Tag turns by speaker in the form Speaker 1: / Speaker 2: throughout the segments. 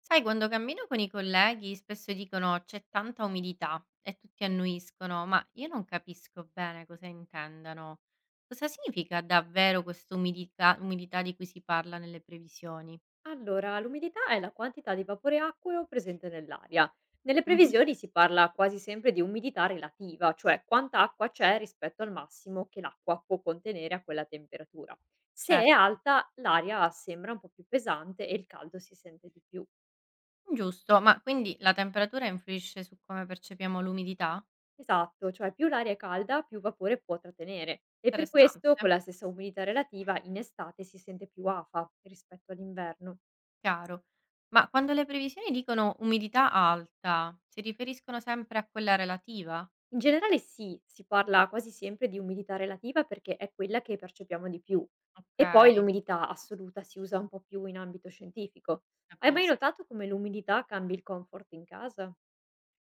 Speaker 1: Sai, quando cammino con i colleghi spesso dicono c'è tanta umidità e tutti annuiscono, ma io non capisco bene cosa intendano. Cosa significa davvero questa umidità, umidità di cui si parla nelle previsioni?
Speaker 2: Allora, l'umidità è la quantità di vapore acqueo presente nell'aria. Nelle
Speaker 1: Mhm,
Speaker 2: previsioni si parla quasi sempre di umidità relativa, cioè quanta acqua c'è rispetto al massimo che l'acqua può contenere a quella temperatura. Se è
Speaker 1: certo,
Speaker 2: alta, l'aria sembra un po' più pesante e il caldo si sente di più.
Speaker 1: giusto, ma quindi la temperatura influisce su come percepiamo l'umidità?
Speaker 2: Esatto, cioè più l'aria è calda, più vapore può trattenere. E per
Speaker 1: Interessante,
Speaker 2: questo, con la stessa umidità relativa, in estate si sente più afa rispetto all'inverno.
Speaker 1: chiaro. Ma quando le previsioni dicono umidità alta, si riferiscono sempre a quella relativa?
Speaker 2: In generale sì, si parla quasi sempre di umidità relativa perché è quella che percepiamo di più. E poi
Speaker 1: Ok,
Speaker 2: l'umidità assoluta si usa un po' più in ambito scientifico. Hai mai
Speaker 1: capisco.
Speaker 2: notato come l'umidità cambi il comfort in casa?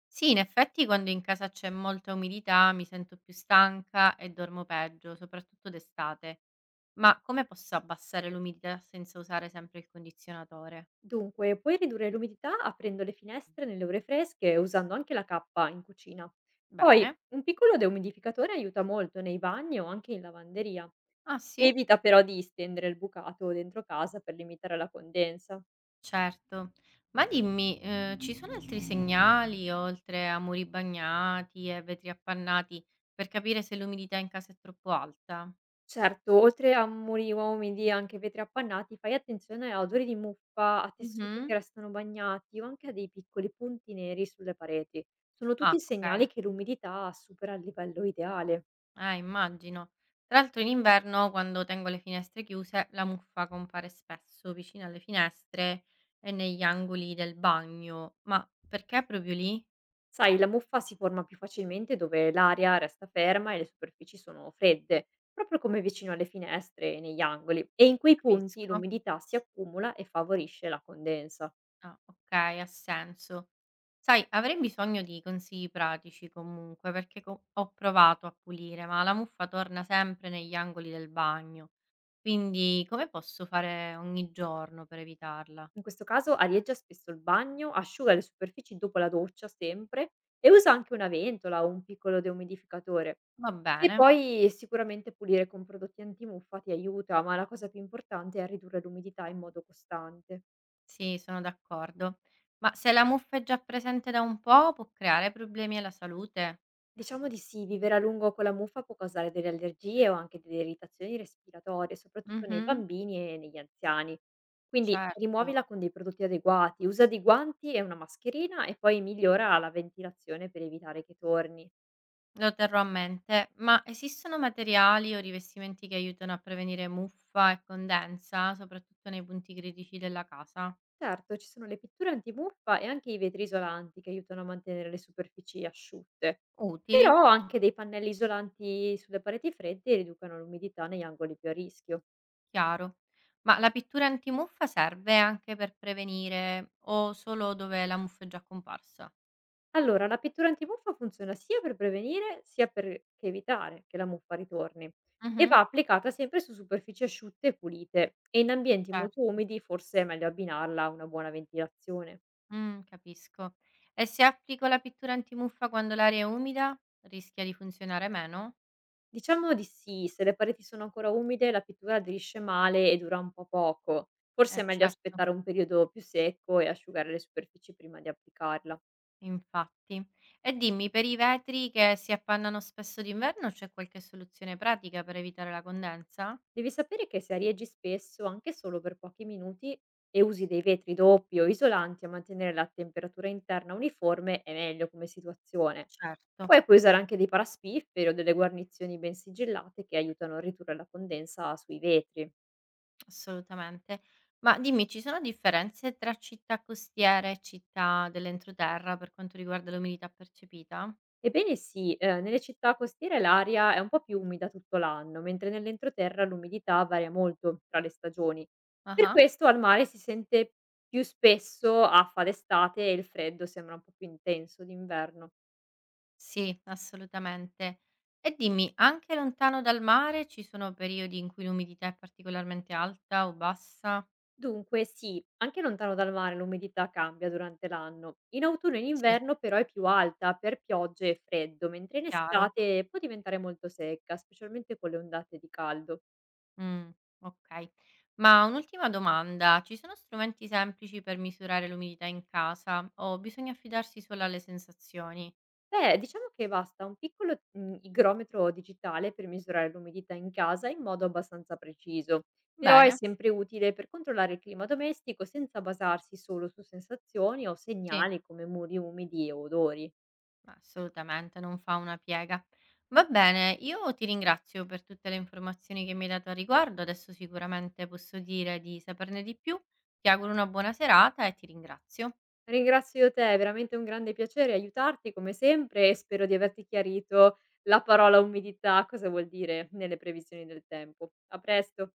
Speaker 1: Sì, in effetti quando in casa c'è molta umidità mi sento più stanca e dormo peggio, soprattutto d'estate. Ma come posso abbassare l'umidità senza usare sempre il condizionatore?
Speaker 2: Dunque, puoi ridurre l'umidità aprendo le finestre nelle ore fresche e usando anche la cappa in cucina. Poi,
Speaker 1: Bene.
Speaker 2: un piccolo deumidificatore aiuta molto nei bagni o anche in lavanderia.
Speaker 1: Ah sì?
Speaker 2: Evita però di stendere il bucato dentro casa per limitare la condensa.
Speaker 1: Certo. Ma dimmi, ci sono altri segnali oltre a muri bagnati e vetri appannati per capire se l'umidità in casa è troppo alta?
Speaker 2: Certo, oltre a muri umidi e anche vetri appannati, fai attenzione a odori di muffa, a tessuti che
Speaker 1: Mhm.
Speaker 2: restano bagnati o anche a dei piccoli punti neri sulle pareti. Sono tutti
Speaker 1: Ah, ok.
Speaker 2: segnali che l'umidità supera il livello ideale.
Speaker 1: Ah, immagino. Tra l'altro in inverno, quando tengo le finestre chiuse, la muffa compare spesso vicino alle finestre e negli angoli del bagno. Ma perché proprio lì?
Speaker 2: Sai, la muffa si forma più facilmente dove l'aria resta ferma e le superfici sono fredde, proprio come vicino alle finestre e negli angoli, e in quei punti
Speaker 1: Capisco.
Speaker 2: l'umidità si accumula e favorisce la condensa.
Speaker 1: Ah, ok, ha senso. Sai, avrei bisogno di consigli pratici comunque, perché ho provato a pulire, ma la muffa torna sempre negli angoli del bagno. Quindi come posso fare ogni giorno per evitarla?
Speaker 2: In questo caso arieggia spesso il bagno, asciuga le superfici dopo la doccia sempre e usa anche una ventola o un piccolo deumidificatore.
Speaker 1: Va
Speaker 2: E
Speaker 1: bene.
Speaker 2: poi sicuramente pulire con prodotti antimuffa ti aiuta, ma la cosa più importante è ridurre l'umidità in modo costante.
Speaker 1: Sì, sono d'accordo. Ma se la muffa è già presente da un po', può creare problemi alla salute?
Speaker 2: Diciamo di sì, vivere a lungo con la muffa può causare delle allergie o anche delle irritazioni respiratorie, soprattutto nei
Speaker 1: Mh-mh,
Speaker 2: bambini e negli anziani. Quindi
Speaker 1: certo,
Speaker 2: rimuovila con dei prodotti adeguati, usa dei guanti e una mascherina e poi migliora la ventilazione per evitare che torni.
Speaker 1: lo terrò a mente. Ma esistono materiali o rivestimenti che aiutano a prevenire muffa e condensa, soprattutto nei punti critici della casa?
Speaker 2: Certo, ci sono le pitture antimuffa e anche i vetri isolanti che aiutano a mantenere le superfici asciutte.
Speaker 1: Utili,
Speaker 2: Però anche dei pannelli isolanti sulle pareti fredde riducono l'umidità negli angoli più a rischio.
Speaker 1: chiaro. Ma la pittura antimuffa serve anche per prevenire o solo dove la muffa è già comparsa?
Speaker 2: Allora, la pittura antimuffa funziona sia per prevenire sia per che evitare che la muffa ritorni e
Speaker 1: Mh-mh,
Speaker 2: va applicata sempre su superfici asciutte e pulite e in ambienti
Speaker 1: certo.
Speaker 2: molto umidi forse è meglio abbinarla a una buona ventilazione.
Speaker 1: Capisco. E se applico la pittura antimuffa quando l'aria è umida, rischia di funzionare meno?
Speaker 2: Diciamo di sì, se le pareti sono ancora umide la pittura aderisce male e dura un po' poco. Forse
Speaker 1: Eh
Speaker 2: è meglio
Speaker 1: certo,
Speaker 2: aspettare un periodo più secco e asciugare le superfici prima di applicarla.
Speaker 1: infatti. E dimmi, per i vetri che si appannano spesso d'inverno c'è qualche soluzione pratica per evitare la condensa?
Speaker 2: Devi sapere che se arieggi spesso, anche solo per pochi minuti, e usi dei vetri doppi o isolanti a mantenere la temperatura interna uniforme è meglio come situazione.
Speaker 1: Certo,
Speaker 2: Poi puoi usare anche dei paraspifferi o delle guarnizioni ben sigillate che aiutano a ridurre la condensa sui vetri.
Speaker 1: assolutamente. Ma dimmi, ci sono differenze tra città costiere e città dell'entroterra per quanto riguarda l'umidità percepita?
Speaker 2: Ebbene sì, nelle città costiere l'aria è un po' più umida tutto l'anno, mentre nell'entroterra l'umidità varia molto tra le stagioni. Per
Speaker 1: Ah-ah.
Speaker 2: questo al mare si sente più spesso afa d'estate e il freddo sembra un po' più intenso d'inverno.
Speaker 1: Sì, assolutamente. E dimmi, anche lontano dal mare ci sono periodi in cui l'umidità è particolarmente alta o bassa?
Speaker 2: Dunque sì, anche lontano dal mare l'umidità cambia durante l'anno. In autunno e in
Speaker 1: Sì.
Speaker 2: inverno però è più alta per piogge e freddo, mentre in
Speaker 1: Chiaro.
Speaker 2: estate può diventare molto secca, specialmente con le ondate di caldo.
Speaker 1: Mm, ok. Ma un'ultima domanda, ci sono strumenti semplici per misurare l'umidità in casa o bisogna affidarsi solo alle sensazioni?
Speaker 2: Beh, diciamo che basta un piccolo, igrometro digitale per misurare l'umidità in casa in modo abbastanza preciso, però è
Speaker 1: Bene.
Speaker 2: sempre utile per controllare il clima domestico senza basarsi solo su sensazioni o
Speaker 1: Sì.
Speaker 2: segnali come muri umidi o odori.
Speaker 1: Ma assolutamente, non fa una piega. Va bene, io ti ringrazio per tutte le informazioni che mi hai dato a riguardo, adesso sicuramente posso dire di saperne di più. Ti auguro una buona serata e ti ringrazio.
Speaker 2: Ringrazio te, è veramente un grande piacere aiutarti come sempre e spero di averti chiarito la parola umidità cosa vuol dire nelle previsioni del tempo. A presto.